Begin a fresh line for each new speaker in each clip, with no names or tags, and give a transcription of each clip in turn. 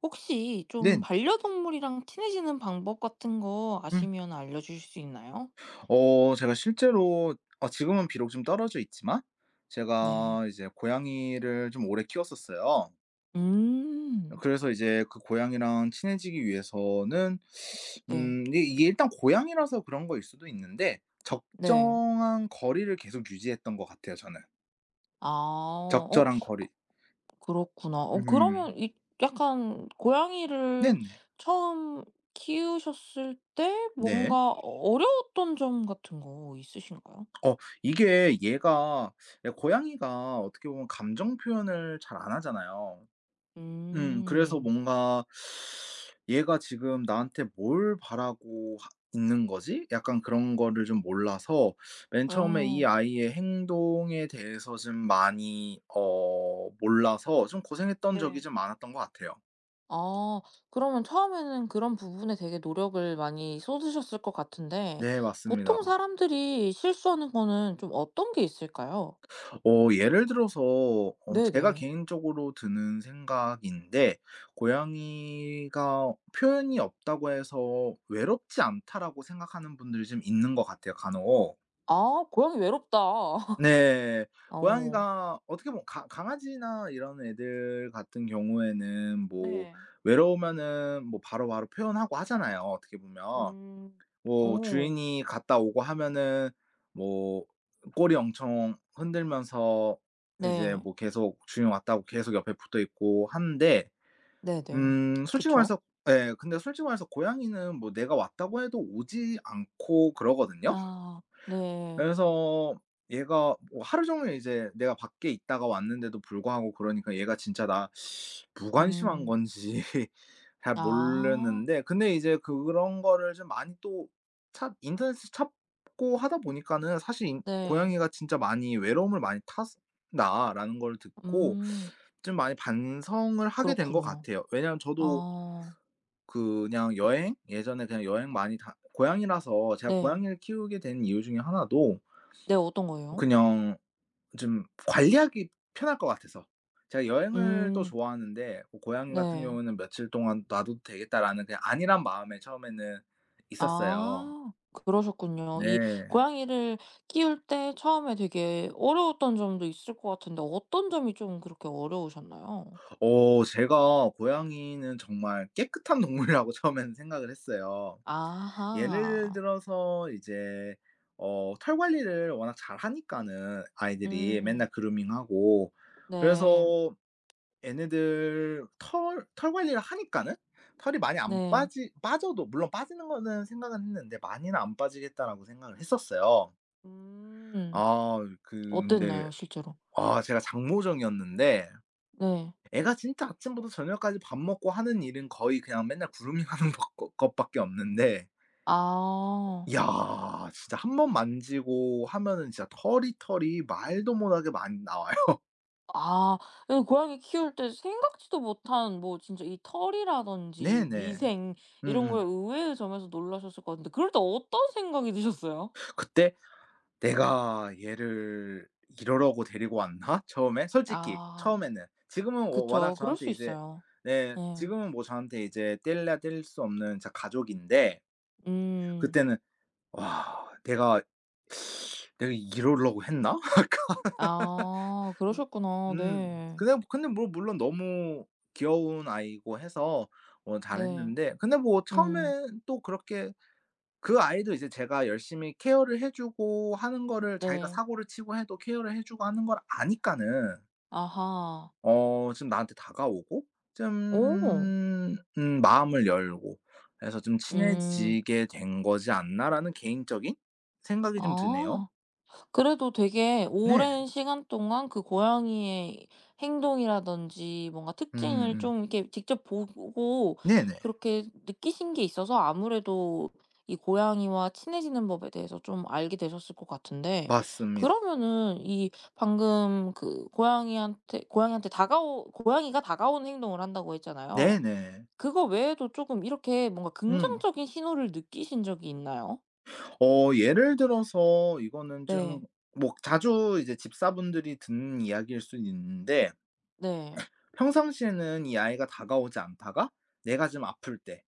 혹시 좀
네.
반려동물이랑 친해지는 방법 같은 거
음.
아시면 알려주실 수 있나요?
제가 실제로 지금은 비록 좀 떨어져 있지만
네.
제가 이제 고양이를 좀 오래 키웠었어요.
음.
그래서 이제 그 고양이랑 친해지기 위해서는
네.
이게 일단 고양이라서 그런 거일 수도 있는데
네.
적정한 거리를 계속 유지했던 것 같아요 저는.
아. 어
적절한 거리.
그 그렇구나.
음.
그러면 이 약간 고양이를
네네.
처음 키우셨을 때
네.
뭔가 어려웠던 점 같은 거 있으신가요?
어 이게 얘가 예, 고양이가 어떻게 보면 감정 표현을 잘 안 하잖아요. 그래서
음.
뭔가 '얘가 지금 나한테 뭘 바라고 하 있는 거지?' 약간 그런 거를 좀 몰라서 맨 처음에 이
어.
아이의 행동에 대해서 좀 많이 몰라서 좀 고생했던 적이
네.
좀 많았던 것 같아요.
아 그러면 처음에는 그런 부분에 되게 노력을 많이 쏟으셨을 것 같은데
네, 맞습니다.
보통 사람들이 실수하는 거는 좀 어떤 게 있을까요?
예를 들어서 제가
네네.
개인적으로 드는 생각인데 '고양이가 표현이 없다고 해서 외롭지 않다.'라고 생각하는 분들이 좀 있는 것 같아요 간혹.
아 고양이 외롭다.
네.
어.
고양이가 어떻게 보면 가 강아지나 이런 애들 같은 경우에는 뭐
네.
외로우면은 뭐 바로바로 표현하고 하잖아요 어떻게 보면.
음.
뭐
어
주인이 갔다 오고 하면은 뭐 꼬리 엄청 흔들면서 이제
네.
뭐 계속 주인 왔다고 계속 옆에 붙어 있고 하는데
네네.
솔직히
그쵸.
말해서 예, 근데 솔직히 말해서 고양이는 뭐 내가 왔다고 해도 오지 않고 그러거든요.
아 네.
그래서 얘가 뭐 하루 종일 이제 내가 밖에 있다가 왔는데도 불구하고 그러니까 얘가 진짜 나 무관심한
음.
건지 잘
아
모르겠는데, 근데 이제 그런 거를 좀 많이 또 찾 인터넷에서 찾고 하다 보니까는 사실 인
네.
'고양이가 진짜 많이 외로움을 많이 탔다라는' 걸 듣고
음
좀 많이 반성을 하게 된 것
그렇군요.
같아요. 왜냐면 저도
아
그냥 여행 예전에 그냥 여행 많이 다 고양이라서 제가
네.
고양이를 키우게 된 이유 중에 하나도
네, 어떤 거요?
그냥 좀 관리하기 편할 것 같아서. 제가
예
여행을 또 좋아하는데 뭐 고향 같은
네.
경우는 '며칠 동안 놔둬도 되겠다.'라는 그냥 안일한 마음에 처음에는 있었어요.
아 그러셨군요. 이
네.
고양이를 키울 때 처음에 되게 어려웠던 점도 있을 것 같은데 어떤 점이 좀 그렇게 어려우셨나요?
제가 고양이는 정말 깨끗한 동물이라고 처음에는 생각을 했어요. 예를
아하.
들어서 이제 털 관리를 워낙 잘하니까는 아이들이
음.
맨날 그루밍하고,
네.
그래서 얘네들 털 관리를 하니까는 털이 많이 안
네.
빠지 빠져도, 물론 빠지는 거는 생각은 했는데 '많이는 안 빠지겠다.'라고 생각을 했었어요.
음.
아 근데
어땠나요 실제로?
제가 장모정이었는데
네.
애가 진짜 아침부터 저녁까지 밥 먹고 하는 일은 거의 그냥 맨날 그루밍하는 것 것 것밖에 없는데,
아.
야 진짜 한번 만지고 하면은 진짜 털이 말도 못하게 많이 나와요.
아. 이 고양이 키울 때 생각지도 못한 뭐 진짜 이 털이라든지
네네.
위생 이런
음음.
거에 의외의 점에서 놀라셨을 것 같은데 그럴 때 어떤 생각이 드셨어요?
그때 '내가 얘를 이러려고 데리고 왔나?' 처음에 솔직히
아.
처음에는. 지금은 워 워낙
그쵸. 그럴
저한테
수
이제,
있어요.
네
네,
지금은 뭐 저한테 이제 떼려야 뗄 수 없는 자 가족인데,
음.
그때는 '와 내가 이러려고 했나?'
아
물
그러셨구나. 네.
근데 뭐 물론 너무 귀여운 아이고 해서 뭐
네.
잘했는데, 근데 뭐
음.
처음엔 또 그렇게, 그 아이도 이제 제가 열심히 케어를 해 주고 하는 거를, 자기가
네.
사고를 치고 해도 케어를 해 주고 하는 걸 아니까는
아하.
좀 나한테 다가오고 좀
오.
마음을 열고 해서 좀
음.
친해지게 된 거지 않나라는 개인적인 생각이 좀 드네요.
아. 그래도 되게
네.
오랜 시간 동안 그 고양이의 행동이라든지 뭔가 특징을
음음.
좀 이렇게 직접 보고
네네.
그렇게 느끼신 게 있어서 아무래도 이 고양이와 친해지는 법에 대해서 좀 알게 되셨을 것 같은데
맞습니다.
그러면은 이 방금 그 고양이한테 고양이한테 다가오 고양이가 다가오는 행동을 한다고 했잖아요.
네네.
그거 외에도 조금 이렇게 뭔가
음.
긍정적인 신호를 느끼신 적이 있나요?
예를 들어서 이거는 좀
네.
뭐 자주 이제 집사분들이 듣는 이야기일 수는 있는데,
네.
평상시에는 이 아이가 다가오지 않다가 내가 좀 아플 때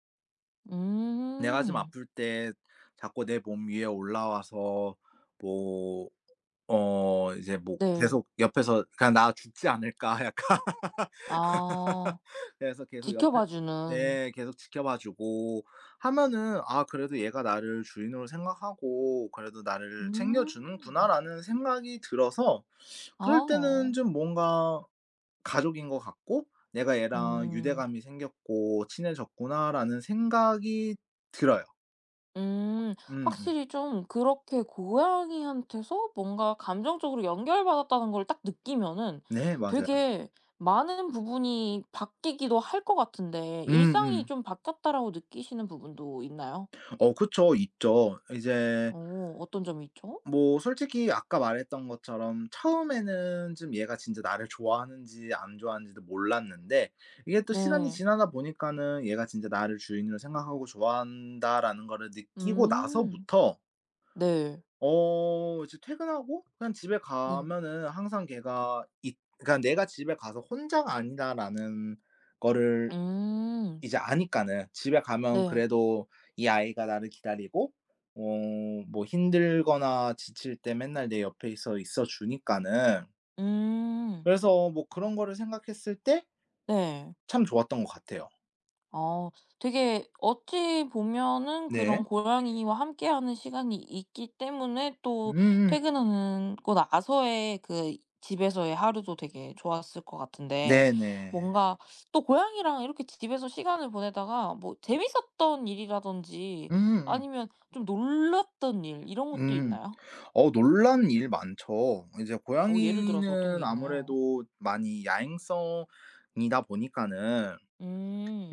내가 좀
음.
아플 때 자꾸 내 몸 위에 올라와서 뭐 이제 뭐
네.
계속 옆에서 '그냥 나 죽지 않을까.' 약간
아
그래서 계속 옆에,
지켜봐 주는.
네 계속 지켜봐 주고 하면은 '아 그래도 얘가 나를 주인으로 생각하고 그래도 나를 챙겨
음.
주는구나.'라는 생각이 들어서, 그럴 때는
아.
좀 뭔가 가족인 것 같고 '내가 얘랑
음.
유대감이 생겼고 친해졌구나.'라는 생각이 들어요.
음.
음음.
확실히 좀 그렇게 고양이한테서 뭔가 감정적으로 연결받았다는 걸 딱 느끼면은
네, 맞아요.
되게 많은 부분이 바뀌기도 할 것 같은데 일상이
음음.
좀 바뀌었다라고 느끼시는 부분도 있나요?
그쵸. 있죠. 이제
오, 어떤 점이 있죠?
뭐 솔직히 아까 말했던 것처럼 처음에는 좀 얘가 진짜 나를 좋아하는지 안 좋아하는지도 몰랐는데, 이게 또 시간이
네.
지나다 보니까는 얘가 진짜 나를 주인으로 생각하고 좋아한다라는 거를 느끼고
음.
나서부터
네.
이제 퇴근하고 그냥 집에
네.
가면은 항상 걔가 있 그러니까 내가 집에 가서 혼자가 아니다라는 거를
음.
이제 아니까는, 집에 가면
네.
그래도 이 아이가 나를 기다리고 어 뭐 힘들거나 지칠 때 맨날 내 옆에서 있어 주니까는,
음.
그래서 뭐 그런 거를 생각했을 때
네.
참 좋았던 것 같아요.
어 되게 어찌 보면은
네.
그런 고양이와 함께하는 시간이 있기 때문에 또
음음.
퇴근하고 나서의 그 집에서의 하루도 되게 좋았을 것 같은데
네네.
뭔가 또 고양이랑 이렇게 집에서 시간을 보내다가 뭐 재밌었던 일이라든지
음음.
아니면 좀 놀랐던 일 이런
음.
것도
음.
있나요?
놀란 일 많죠. 이제
예를 들어서 어떤
고양이는
게 있나요?
아무래도 많이 야행성이다 보니까는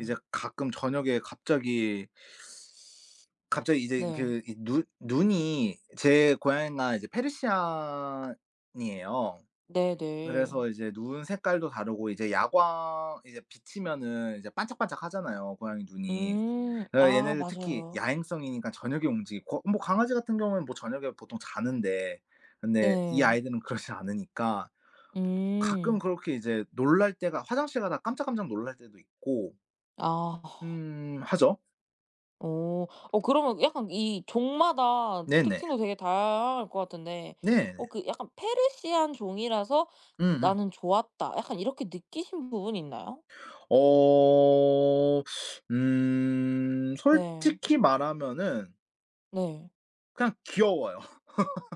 이제 가끔 저녁에 갑자기 이제
네.
그 이 눈 눈이, 제 고양이가 이제 페르시안이에요.
네네.
그래서 이제 눈 색깔도 다르고 이제 야광 이제 비치면은 이제 반짝반짝하잖아요, 고양이 눈이.
음.
예,
아
얘네들 특히
맞아요.
야행성이니까 저녁에 움직이고, 뭐 강아지 같은 경우에는 뭐 저녁에 보통 자는데 근데 이
네.
아이들은 그러지 않으니까 가끔
음.
그렇게 이제 놀랄 때가, 화장실 가다가 깜짝깜짝 놀랄 때도 있고
아.
하죠.
오. 그러면 약간 이 종마다
네네.
특징도 되게 다양할 것 같은데
네네.
약간 '페르시안 종이라서
음음.
나는 좋았다.' 약간 이렇게 느끼신 부분이 있나요?
어
네.
솔직히 말하면은
네.
그냥 귀여워요.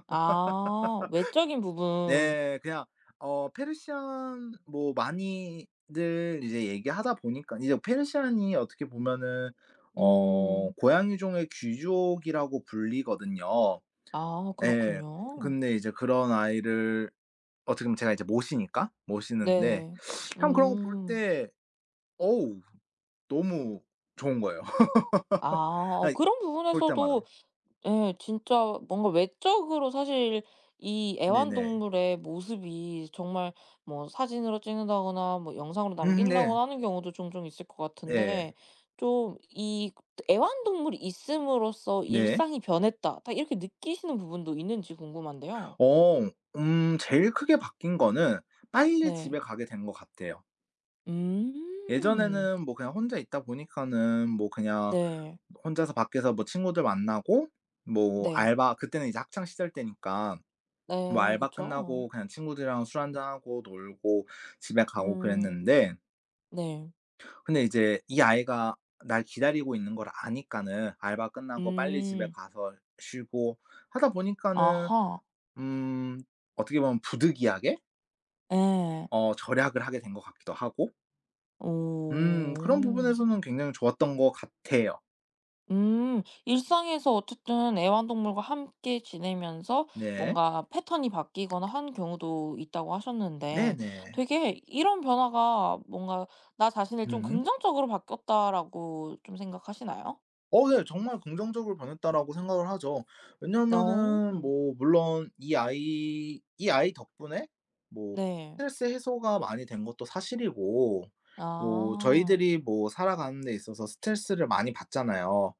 아 외적인 부분.
네. 그냥 페르시안 뭐 많이들 이제 얘기하다 보니까 이제 페르시안이 어떻게 보면은
음.
고양이 종의 귀족이라고 불리거든요.
아
예.
그렇군요.
근데 이제 그런 아이를 어떻게 보면 제가 이제 모시니까 모시는데,
네.
참 그런 거 볼
음.
때 어우 너무 좋은 거예요.
아
아이,
그런
볼
부분에서도
때마다.
예. 진짜 뭔가 외적으로 사실 이
네네.
애완동물의 모습이 정말 뭐 사진으로 찍는다거나 뭐 영상으로
네.
남긴다거나 하는 경우도 종종 있을 것 같은데
네.
좀 이 애완동물이 있음으로써
네.
'일상이 변했다.' 딱 이렇게 느끼시는 부분도 있는지 궁금한데요.
어. 제일 크게 바뀐 거는 빨리
네.
집에 가게 된 것 같아요.
음.
예전에는 뭐 그냥 혼자 있다 보니까는 뭐 그냥
네.
혼자서 밖에서 뭐 친구들 만나고 뭐
네.
알바, 그때는 이제 학창 시절 때니까 뭐
네.
알바
그쵸.
끝나고 그냥 친구들이랑 술 한잔하고 놀고 집에 가고
음.
그랬는데,
네.
근데 이제 이 아이가 날 기다리고 있는 걸 아니까는 알바 끝나고 빨리 집에
음.
가서 쉬고 하다 보니까는
아하.
음 어떻게 보면 부득이하게
예.
절약을 하게 된 것 같기도 하고
오.
그런 부분에서는 굉장히 좋았던 것 같아요.
음. 일상에서 어쨌든 애완동물과 함께 지내면서
네.
뭔가 패턴이 바뀌거나 한 경우도 있다고 하셨는데
네네.
되게 이런 변화가 뭔가 '나 자신을 좀
음.
긍정적으로 바뀌었다.'라고 좀 생각하시나요?
네. 정말 긍정적으로 변했다라고 생각을 하죠.
어.
왜냐하면은 뭐 물론 이 아이 덕분에 뭐
네.
스트레스 해소가 많이 된 것도 사실이고, 뭐
아.
저희들이 뭐 살아가는 데 있어서 스트레스를 많이 받잖아요.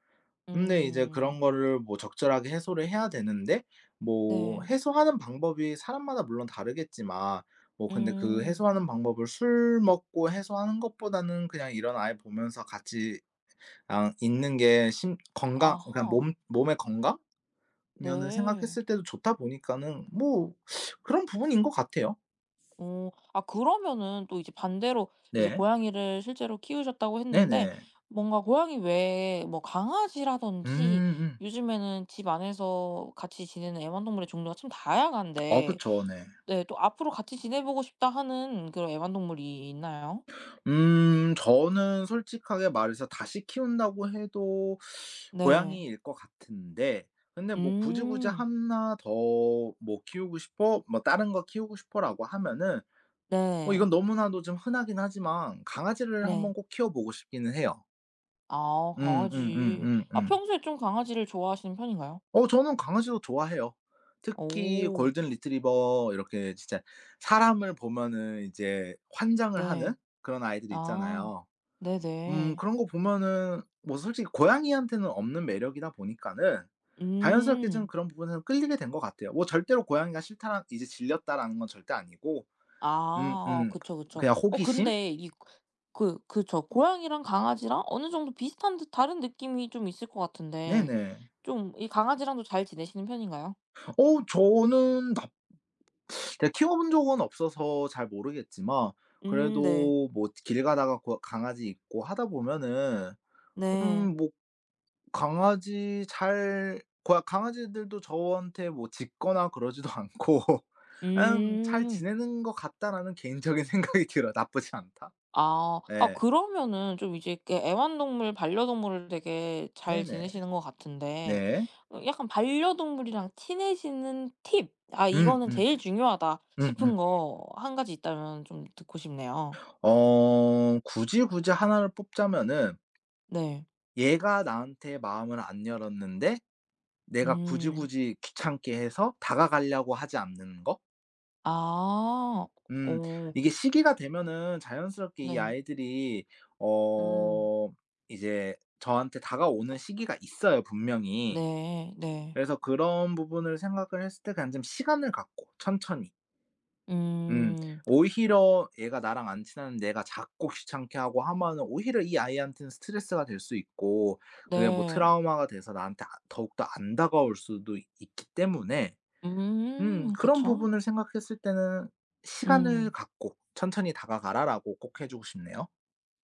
근데 이제
음.
그런 거를 뭐 적절하게 해소를 해야 되는데 뭐
네.
해소하는 방법이 사람마다 물론 다르겠지만, 뭐 근데 그
음.
해소하는 방법을 술 먹고 해소하는 것보다는 그냥 이런 아이 보면서 같이 있는 게 심 건강, 그러니까
아하.
몸 몸의 건강면을
네.
생각했을 때도 좋다 보니까는 뭐 그런 부분인 것 같아요.
어. 아 그러면은 또 이제 반대로 이제
네.
고양이를 실제로 키우셨다고 했는데
네네.
뭔가 고양이 외에 뭐 강아지라든지
음음.
요즘에는 집 안에서 같이 지내는 애완동물의 종류가 참
어
다양한데,
그쵸. 네.
네, 또 앞으로 같이 지내 보고 싶다 하는 그런 애완동물이 있나요?
저는 솔직하게 말해서 다시 키운다고 해도
네.
고양이일 것 같은데, 근데 뭐 "굳이, 굳이
음.
하나 더 뭐 키우고 싶어?" 뭐 "다른 거 키우고 싶어?"라고 하면은
네.
이건 너무나도 좀 흔하긴 하지만 강아지를 한번
네.
꼭 키워 보고 싶기는 해요.
아 강아지. 아
음음음음음.
평소에 좀 강아지를 좋아하시는 편인가요?
저는 강아지도 좋아해요. 특히
오.
골든 리트리버, 이렇게 진짜 사람을 보면은 이제 환장을 하는
네.
그런 아이들
아.
있잖아요.
네네.
그런 거 보면은 뭐 솔직히 고양이한테는 없는 매력이다 보니까는 자연스럽게 좀
음.
그런 부분에서 끌리게 된 것 같아요. 뭐 절대로 고양이가 싫다라 이제 질렸다라는 건 절대 아니고
아
음음,
그쵸, 그쵸.
그냥 호기심?
근데 이 그 그 저 고양이랑 강아지랑 어느 정도 비슷한 듯 다른 느낌이 좀 있을 것 같은데
네네.
좀 이 강아지랑도 잘 지내시는 편인가요?
어 저는 나 제가 키워본 적은 없어서 잘 모르겠지만,
네.
그래도 뭐 길 가다가 고 강아지 있고 하다 보면은
네.
뭐 강아지 잘 고야 강아지들도 저한테 뭐 짖거나 그러지도 않고 그냥 '잘
음.
지내는 것 같다.'라는 개인적인 생각이 들어요. 나쁘지 않다.
아. 아
예.
그러면은 좀 이제 이렇게 애완동물, 반려동물을 되게 잘
네네.
지내시는 것 같은데
네.
약간 반려동물이랑 친해지는 팁 '아
음
이거는
음.
제일 중요하다.'
음음.
싶은 거 한 가지 있다면 좀 듣고 싶네요.
굳이, 굳이 하나를 뽑자면은,
네.
얘가 나한테 마음을 안 열었는데 내가 굳이,
음.
굳이 귀찮게 해서 다가가려고 하지 않는 거?
아.
음.
오,
이게 시기가 되면은 자연스럽게 이
네.
아이들이
음.
어 이제 저한테 다가오는 시기가 있어요 분명히.
네. 네.
그래서 그런 부분을 생각을 했을 때 그냥 좀 시간을 갖고 천천히, 음
음.
오히려 얘가 나랑 안 친한면 내가 자꾸 귀찮게 하고 하면은 오히려 이 아이한테는 스트레스가 될 수 있고, 그게 뭐
네.
트라우마가 돼서 나한테 아 더욱더 안 다가올 수도 있기 때문에
음.
그런
그쵸.
부분을 생각했을 때는 '시간을
음.
갖고 천천히 다가가라.'라고 꼭 해 주고 싶네요.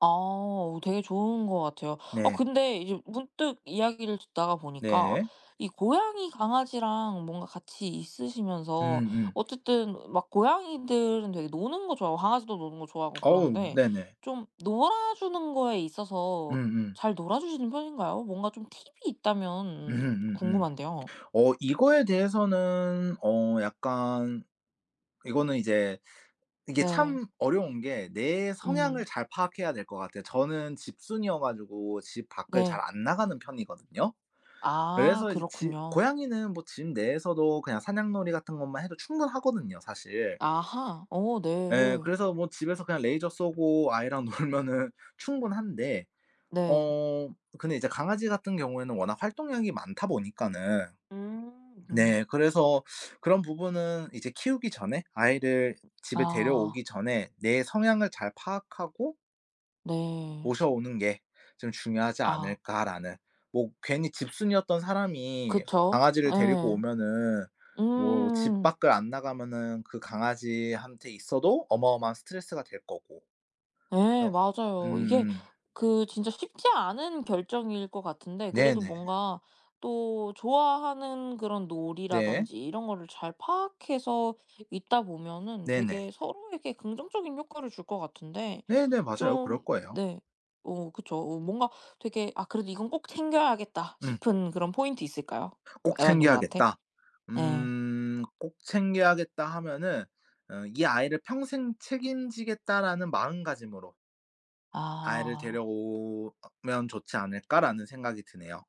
아 오, 되게 좋은 것 같아요.
네.
근데 이제 문득 이야기를 듣다가 보니까
네.
이 고양이, 강아지랑 뭔가 같이 있으시면서
음음.
어쨌든 막 고양이들은 되게 노는 거 좋아하고 강아지도 노는 거 좋아하고
어우
그런데
네네.
좀 놀아주는 거에 있어서
음음.
잘 놀아주시는 편인가요? 뭔가 좀 팁이 있다면
음음음음.
궁금한데요.
이거에 대해서는 약간, 이거는 이제 이게
네.
참 어려운 게 내 성향을
음.
잘 파악해야 될 것 같아요. 저는 집순이어 가지고 집 밖을 잘
네.
안 나가는 편이거든요.
아
그래서 이제 집
그렇군요.
고양이는 뭐 집 내에서도 그냥 사냥놀이 같은 것만 해도 충분하거든요 사실.
아하. 오
예.
네.
그래서 뭐 집에서 그냥 레이저 쏘고 아이랑 놀면은 충분한데,
네.
어 근데 이제 강아지 같은 경우에는 워낙 활동량이 많다 보니까는,
음. 음.
네 그래서 그런 부분은 이제 키우기 전에 아이를 집에
아.
데려오기 전에 '내 성향을 잘 파악하고
네.
모셔오는 게 좀 중요하지
아
않을까.'라는, 뭐 괜히 집순이였던 사람이
그쵸.
강아지를 데리고
예.
오면은 뭐 집
음.
밖을 안 나가면은 그 강아지한테 있어도 어마어마한 스트레스가 될 거고
예
어.
맞아요. 이게
음음.
진짜 쉽지 않은 결정일 것 같은데 그래도
네네.
뭔가 또 좋아하는 그런
네.
놀이라든지 이런 거를 잘 파악해서 있다 보면은
네네.
되게 서로에게 긍정적인 효과를 줄 것 같은데
네네. 맞아요. 그럴
좀
거예요.
네. 그쵸. 뭔가 되게 '아 그래도 이건 꼭 챙겨야겠다.'
음.
싶은 그런 포인트 있을까요?
'꼭
애완동물한테?
챙겨야겠다.'
네,
'꼭 챙겨야겠다.' 하면은 '이 아이를 평생 책임지겠다.'라는 마음가짐으로 아이를
아.
데려오면 좋지 않을까라는 생각이 드네요.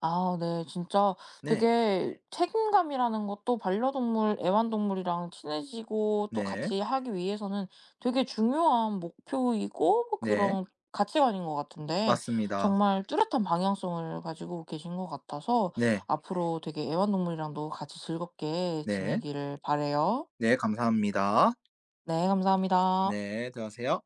아 네. 진짜
네.
되게 책임감이라는 것도 반려동물, 애완동물이랑 친해지고 또
네.
같이 하기 위해서는 되게 중요한 목표이고 뭐
네.
그런 가치관인 것 같은데
맞습니다.
정말 뚜렷한 방향성을 가지고 계신 것 같아서
네.
앞으로 되게 애완동물이랑도 같이 즐겁게
네.
지내기를 바라요.
네. 감사합니다.
네 감사합니다.
네. 들어가세요.